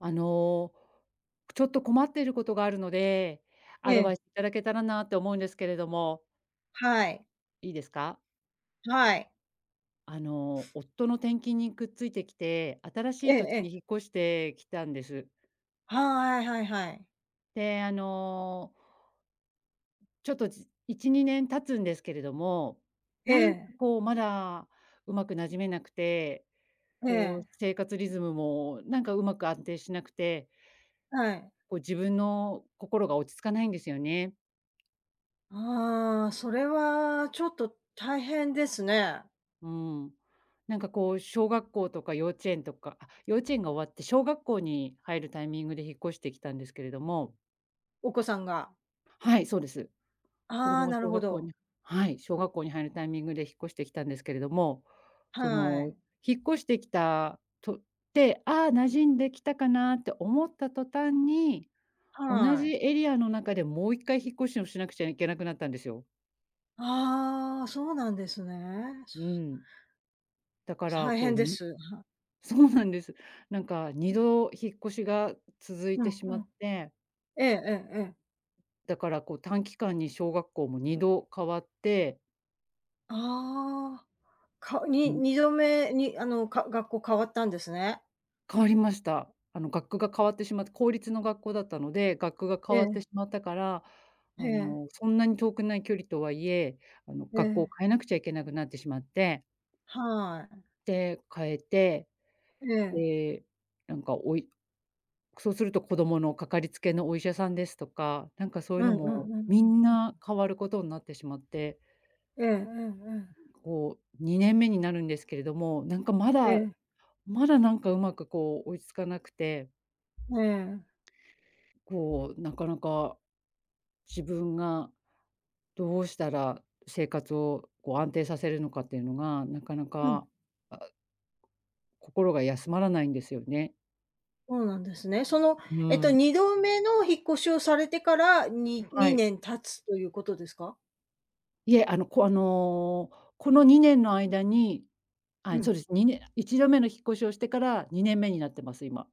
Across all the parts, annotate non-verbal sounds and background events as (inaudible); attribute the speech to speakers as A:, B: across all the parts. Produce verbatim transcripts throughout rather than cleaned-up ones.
A: あの、ちょっと困っていることがあるので、
B: え
A: アド
B: え、
A: バイスいただけたらなって思うんですけれども、
B: はい、
A: いいですか？
B: はい。
A: あの、夫の転勤にくっついてきて、新し
B: え
A: い
B: え
A: 土地
B: え
A: に引
B: え。
A: っ越してきたんです。
B: はいはいはい。
A: で、あの、ちょっとじいち、にねん経つんですけれども、
B: え
A: なんか
B: え、
A: こうまだうまく馴染めなくて、
B: え
A: こう
B: え、
A: 生活リズムもなんかうまく安定しなくて、
B: はい。
A: こう自分の心が落ち着かないんですよね。
B: ああ、それはちょっと大変ですね。
A: うん。なんかこう、小学校とか幼稚園とか、あ、幼稚園が終わって小学校に入るタイミングで引っ越してきたんですけれども。
B: お子さんが。
A: はい、そうです。子
B: あ
A: 供
B: あ、
A: が
B: なる
A: 小
B: ほ
A: 学校
B: ど。
A: に、はい、小学校に入るタイミングで引っ越してきたんですけれども、そ
B: は
A: の、
B: い。
A: 引っ越してきたとって「ああ、馴染んできたかな」って思った途端に、同
B: は
A: じ
B: い。
A: エリアの中でもう一回引っ越しをしなくちゃいけなくなったんですよ。
B: ああ、そうなんですね。そ
A: うん。だから
B: 大
A: こ
B: 変
A: う、
B: です。
A: そうなんです。なんかにど引っ越しが続い
B: うん
A: てしま
B: う
A: っ
B: ん。
A: て、
B: ええええええ。
A: だからこう短期間に小学校もにど変わって、
B: ああ、か
A: う
B: に
A: ん、
B: にどめにあの、か学校変わったんですね。
A: 変わりました。あの学区が変わってしまって、公立の学校だったので、学区が
B: え
A: 変わって
B: え、
A: しまったから、
B: え
A: あ
B: え、
A: のそんなに遠くない距離とはいえ、あの
B: え
A: 学校を
B: え、
A: 変えなくちゃいけなくなってしまって、
B: は
A: で、変えて、
B: い。ええ。
A: で、なんかおいそうすると子どものかかりつけのお医者さんですとか、なんかそうい
B: う
A: う
B: ん
A: の
B: う
A: も
B: んうんう
A: み
B: ん
A: ん
B: うん。
A: な変わることになってしまって。
B: ええええええ。
A: こう、にねんめになるんですけれども、なんかま
B: え
A: だ、
B: え、
A: まだなんかうまくこう追いつかなくて、
B: ええ。
A: こう、なかなか自分がどうしたら生活をこう安定させるのかっていうのが、なかな
B: うん、
A: か、あ、心が休まらないんですよね。
B: そうなんですね。その、
A: う
B: えっと、
A: ん。
B: にどめの引っ越しをされてから、に
A: はい。
B: にねん経つということですか？
A: いえ、あの、こあの、このにねんの間に、
B: う
A: あ、そ
B: ん。
A: うです、にねんいちどめの引っ越しをしてからにねんめになってます、今。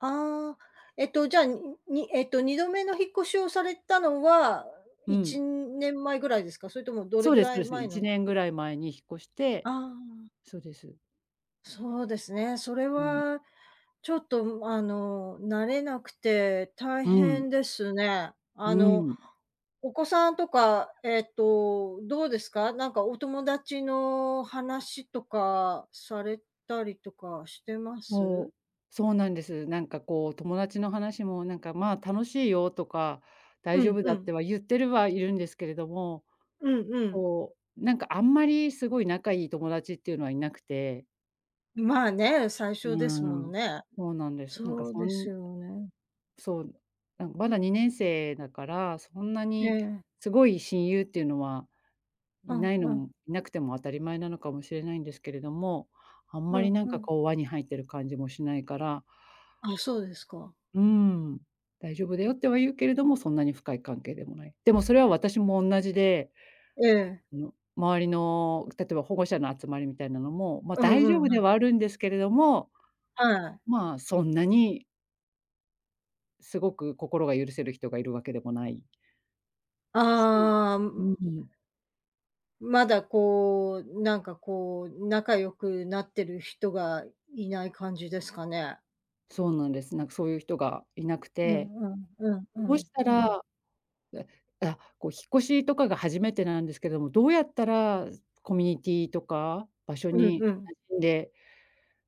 B: ああ、えっと、じゃあ、ににえっと、にどめの引っ越しをされたのは、
A: う
B: 1
A: ん。
B: 年前ぐらいですか？それともどれ
A: そう
B: ぐ
A: ですそ
B: ら
A: う
B: い
A: です。
B: 前な
A: 1
B: ん？
A: 年ぐらい前に引っ越し
B: あ
A: て、
B: あ。
A: そうです。
B: そうですね。それ
A: うん。
B: はちょっと、あの、慣れなくて大
A: うん、
B: 変ですね。
A: う
B: あの、
A: ん。
B: お子さんとか、えっと、どうですか？なんかお友達の話とかされたりとかしてます？
A: そう、そうなんです。なんかこう友達の話もなんか「まあ、楽しいよ」とか「大
B: う
A: 丈
B: ん
A: 夫
B: う
A: だ」っ
B: ん。
A: ては言ってるはいるんですけれども、
B: うんうん。
A: こう、なんかあんまりすごい仲いい友達っていうのはいなくて。
B: まあね、最初
A: う
B: ですもの
A: ん。
B: ね。
A: そうなんです。なんか
B: そう
A: そ
B: です
A: ん
B: よね。
A: そう、なんかまだにねん生だから、そんな
B: え
A: に
B: え。
A: すごい親友っていうのは
B: う
A: いな
B: ん
A: いの
B: うん。
A: もいなくても当たり前なのかもしれないんですけれども、あん
B: う
A: ま
B: ん
A: りなん
B: う
A: か
B: ん。
A: こう輪に入ってる感じもしないから、
B: あ、そうですか。
A: うん、大丈夫だよっては言うけれども、そんなに深い関係でもない。でもそれは私も同じで、
B: ええ。
A: あの、周りの、例えば保護者の集まりみたいなのも、ま、
B: うん
A: 大丈
B: う
A: 夫で
B: ん。
A: はあるんですけれども、
B: はい。
A: まあ、そんなにすごく心が許せる人がいるわけでもないし、
B: ああ、
A: うん、
B: まだこう、なんかこう、仲良くなってる人がいない感じですかね？
A: そうなんです。なんかそういう人がいなく
B: う
A: て、
B: んうんうんう
A: どう
B: ん
A: した
B: うん。
A: ら、え、あ、こう引っ越しとかが初めてなんですけども、どうやったらコミュニティとか場所
B: うん
A: に
B: うん。
A: 馴染んで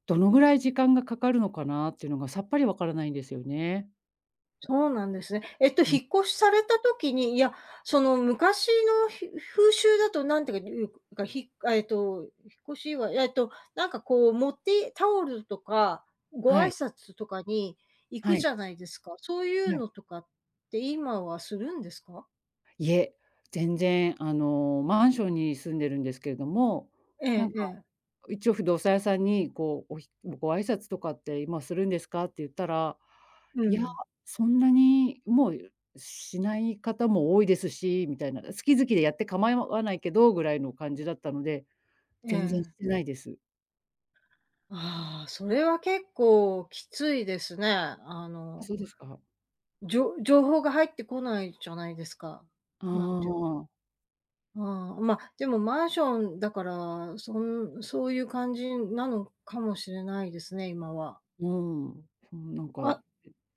A: どのぐらい時間がかかるのかなっていうのがさっぱりわからないんですよね。
B: そうなんですね。えっと、
A: うん、
B: 引っ越しされた時に、いや、その昔のひ風習だとなんていうか、ひえっと、引っ越しはいえっと、なんかこう持ってタオルとか、ご
A: は
B: 挨
A: い、
B: 拶とかに行く
A: は
B: じ
A: い、
B: ゃないですか。そういう
A: はい。
B: のとかって今はするんですか？
A: いえ、全然あの、マンションに住んでるんですけれども、
B: え
A: な
B: え
A: ん
B: え
A: か
B: え。
A: 一応不動産屋さんにこう、おひご挨拶とかって今するんですかって言ったら、
B: う
A: いや、
B: ん、
A: そんなにもうしない方も多いですし、みたいな、好き好きでやって構わないけどぐらいの感じだったので、
B: え
A: 全然し
B: え。
A: てないです。
B: ああ、それは結構きついですね。あ
A: あ、
B: の、
A: そうですか。
B: じょ情報が入ってこないじゃないですか。
A: ああ、
B: なんていう、
A: うん。
B: うん、まあ、でもマンションだから、そんそういう感じなのかもしれないですね、今は。
A: そうん、なんか
B: あ、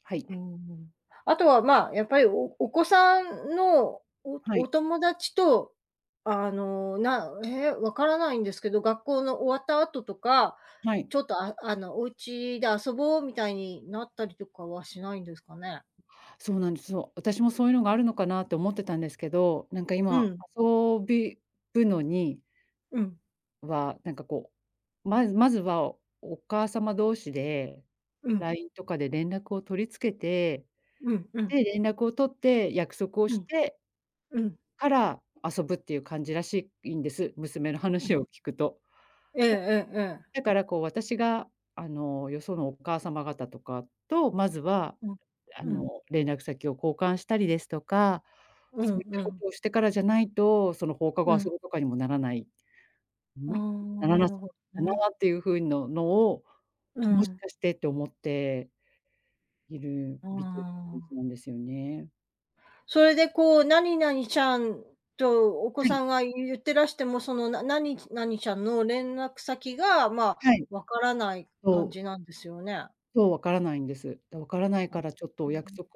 A: はい。
B: うん。あとは、まあ、やっぱりおお子さんのお
A: は
B: お
A: い。
B: 友達と、あの、なえ、わからないんですけど、学校の終わった後とか
A: はい。
B: ちょっと、ああの、お家で遊ぼうみたいになったりとかはしないんですかね？
A: そうなんです。そう、私もそういうのがあるのかなって思ってたんですけど、なんか
B: う
A: 今、
B: ん、
A: 遊びぶのに
B: うん、
A: は、なんかこう、まずまずはお母様同士で、
B: うん、
A: ライン とかで連絡を取り付けて、
B: うん、うん、
A: で、連絡を取って約束を
B: う
A: し
B: ん、
A: て
B: うん、
A: から遊ぶっていう感じらしいんです、娘の
B: うん。
A: 話を聞くと。
B: ええ
A: だ
B: ええええ。
A: だからこう私が、あの、よそのお母様方とかと、まずは
B: うん、
A: あ
B: うん、
A: の、連絡先を交換したりですとか、
B: う
A: そう
B: ん、
A: いった
B: う
A: こ
B: ん、
A: とをしてからじゃないと、その放課後
B: う
A: 遊
B: ん。
A: ぶとかにもならない、
B: ああ、
A: ん、なら
B: な
A: なそ
B: るほど
A: うだ
B: ね。
A: なっていう風ののを、
B: う
A: もし
B: ん。
A: かしてって思っている
B: あ
A: 見ている感じな
B: あ。
A: んですよね。
B: それでこう、何々ちゃんとお子
A: は
B: さ
A: い、
B: んが言ってらしても、その、な何々ちゃんの連絡先が、まあ、
A: はい。
B: わからない感
A: そう、
B: じなんですよね？
A: そう、わからないんです。だ、わからない
B: あ、
A: からちょっと
B: う
A: お約
B: ん。
A: 束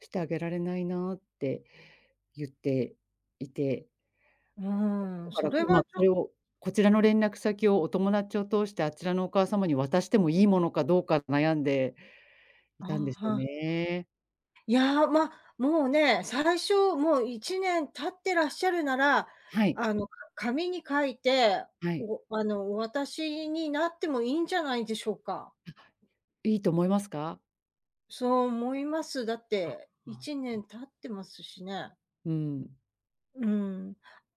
A: してあげられないなって言っていて、
B: うー
A: だ
B: ん、
A: か
B: そ
A: ら
B: れは
A: 今
B: ち
A: そ
B: ょ、
A: れを、こちらの連絡先をお友達を通して、あちらのお母様に渡してもいいものかどうか悩んでい
B: あ
A: たんです
B: あ、
A: よ
B: は。
A: ね。
B: いや、ま、もうね、最初、もういちねん経ってらっしゃるなら、
A: はい、
B: あの、か紙に書いて、
A: はい。
B: おあの、お渡しになってもいいんじゃないでしょうか。
A: いいと思いますか？
B: そう思います。だっ
A: あ、
B: て、
A: あ、
B: いちねん経ってますしね。
A: うん。
B: うん。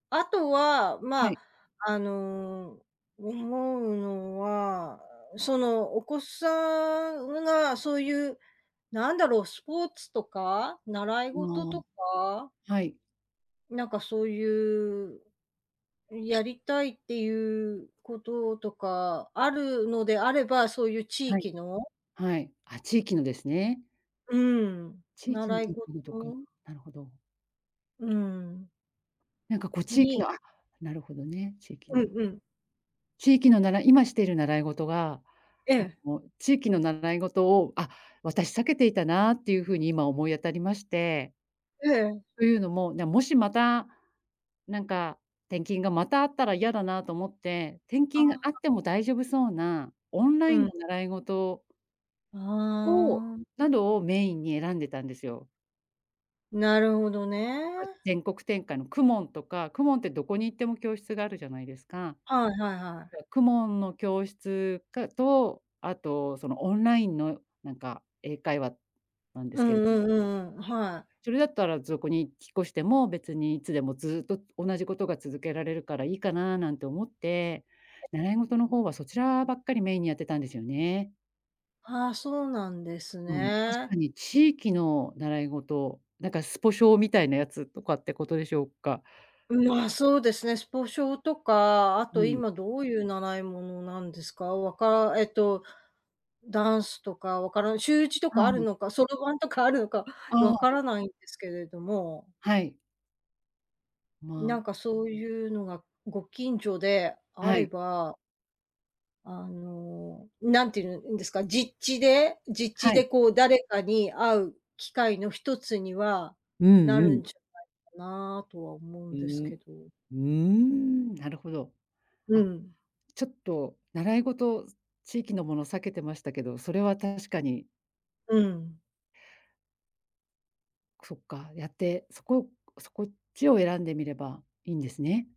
B: あとは、
A: は
B: ま、
A: い。
B: あの、思うのは、その、お子さんがそういう、なんだろう、スポーツとか習い
A: あ
B: 事
A: あ、
B: とか
A: はい、
B: なんかそういう、やりたいっていうこととかあるのであれば、そういう地
A: はい、
B: 域の。
A: はい。あ、地域のですね。
B: うーん。
A: 地域の
B: 習い事、
A: (unintelligible) とか、なるほど。
B: うん、
A: なんかこう地域
B: に、
A: のあ、なるほどね、地域
B: う
A: の。
B: んうん。
A: 地域のなら今している習い事が、
B: え
A: あ
B: え。
A: の、地域の習い事を、あ、私避けていたなっていう風に今思い当たりまして、
B: ええ、
A: というのも、なもしまた、なんか、転勤がまたあったら嫌だなと思って、転勤があっ
B: あ、
A: ても大丈夫そうなオンラ
B: う
A: イン
B: ん。
A: の習い事
B: あ。
A: を
B: ああ、
A: などをメインに選んでたんですよ。
B: なるほどね。
A: ま、全国展開の公文とか、公文ってどこに行っても教室があるじゃないですか。
B: はいはいは
A: だか
B: い。
A: 公文の教室かと、あとそのオンラインのなんか英会話なんで
B: う
A: すけ、
B: んうんうんうん、はい。
A: それだったらそこに引っ越しても、別にいつでもずっと同じことが続けられるからいいかななんて思って、習い事の方はそちらばっかりメインにやってたんですよね。
B: ああ、そうなんです
A: うん。確
B: ね。
A: かに地域の習い事、なんかスポ少みたいなやつとかってことでしょうか？
B: まあ、そうですね、スポ少とか、あ
A: う
B: と
A: ん。
B: 今どういう習い物なんですか？わかえっとダンスとかわからん週いちとかある
A: あ
B: のか、そろばんとかあるのか
A: あ、
B: (laughs)
A: あ
B: わから
A: あ、
B: ないんですけれども、
A: はい。ま
B: な
A: あ、
B: んかそういうのがご近所であ
A: は
B: れ
A: い、
B: ば、あの、なんて言うんですか、実地で実地
A: は
B: で
A: い。
B: こう誰かに会う機会の一つには
A: う
B: な
A: んう
B: るんじ
A: ん。
B: ゃなとは思うん
A: う
B: です
A: ん。
B: けど。
A: うーん、なるほど。
B: う
A: あ、
B: ん、
A: ちょっと習い事、地域のもの避けてましたけど、それは確かに
B: うん。
A: そっか、やって、そこそこっちを選んでみればいいんですね。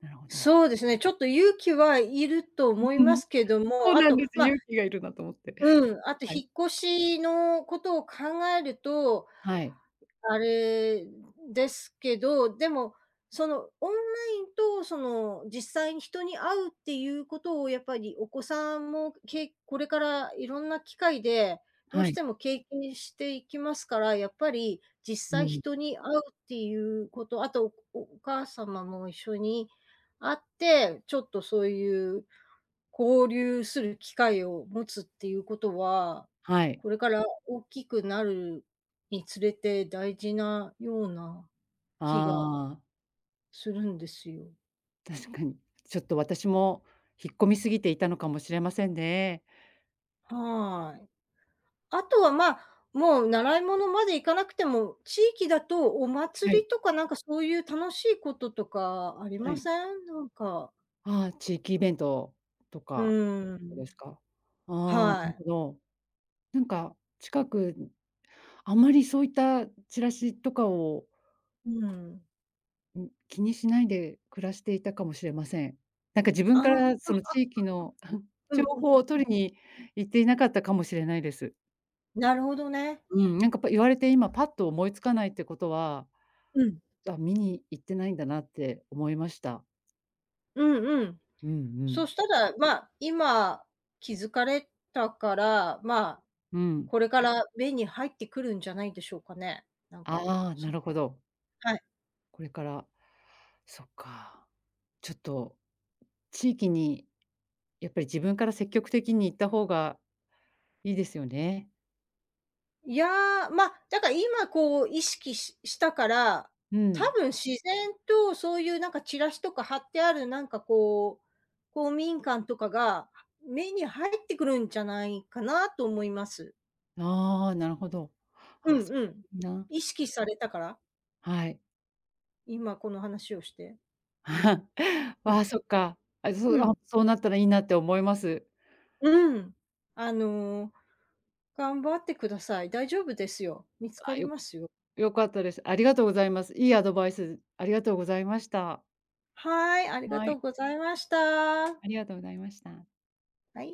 A: なるほど。
B: そうですね、ちょっと勇気はいると思いま
A: (laughs)
B: すけど
A: そ
B: も、
A: う
B: あ
A: なん
B: と、
A: です。
B: ま、
A: 勇気がいるなと思って。
B: うん、あと
A: はい。
B: 引っ越しのことを考えると、
A: はい、
B: あれですけど、でも、その、オンラインとその、実際に人に会うっていうことをやっぱりお子さんも、けこれからいろんな機会で、どう
A: は
B: し
A: い、
B: ても経験していきますから、やっぱり実
A: う
B: 際
A: ん、
B: 人に会うっていうこと、あと、おお母様も一緒に会って、ちょっとそういう交流する機会を持つっていうことは、
A: はい。
B: これから大きくなるにつれて大事なような気が
A: ああ、
B: するんですよ。
A: 確かに。ちょっと私も引っ込みすぎていたのかもしれませんね。
B: はい。あとは、ま、あ、もう習い物まで行かなくても、地域だとお
A: は
B: 祭
A: い。
B: りとかなんかそういう楽しいこととかあり
A: は
B: ま
A: い。
B: せん？なんか、
A: ああ、地域イベントと
B: う
A: か
B: ーん、
A: ですか。ああ、な
B: は
A: る
B: い。
A: ほど。なんか近くあんまりそういったチラシとかを、
B: うん。
A: うん、気にしないで暮らしていたかもしれません。なんか自分から
B: あ、
A: その地域の (laughs)
B: うん
A: 情
B: うん
A: 報を
B: う
A: 取
B: ん。
A: りに行っていなかったかもしれないです。
B: なるほどね。
A: うん、なんかぱ言われて今パッと思いつかないってことは、
B: うん。
A: あ、見に行ってないんだなって思いました。
B: うんうん。
A: うんう
B: そ
A: ん。
B: したら、ま、あ、今気づかれたから、まあ
A: うん。
B: これから目に入ってくるんじゃないでしょうかね。なんか、
A: ああ、
B: そ
A: なるほど。
B: はい。
A: これから、そっか。ちょっと地域にやっぱり自分から積極的に行った方がいいですよね。
B: いや、まあ、だから今こう意識ししたから、
A: う
B: 多
A: ん。
B: 分自然とそういうなんかチラシとか貼ってあるなんかこう、公民館とかが、目に入ってくるんじゃないかなと思います。
A: ああ、なるほど。
B: う
A: あ
B: ん
A: そう
B: う
A: だ、
B: ん。
A: いいな。
B: 意識されたから、
A: はい。
B: 今この話をして。
A: (laughs)
B: うん、
A: わあ、そっか。あ、そ
B: う
A: う、あ、
B: ん。
A: そうなったらいいなって思います。
B: うん。あの、頑張ってください。大丈夫ですよ。見つか
A: あ、
B: り
A: よ
B: ますよ。
A: よかったです。ありがとうございます。いいアドバイスありがとうございました。
B: はい、ありが
A: は
B: とう
A: い、
B: ございました。は
A: ありがとうございました。
B: い。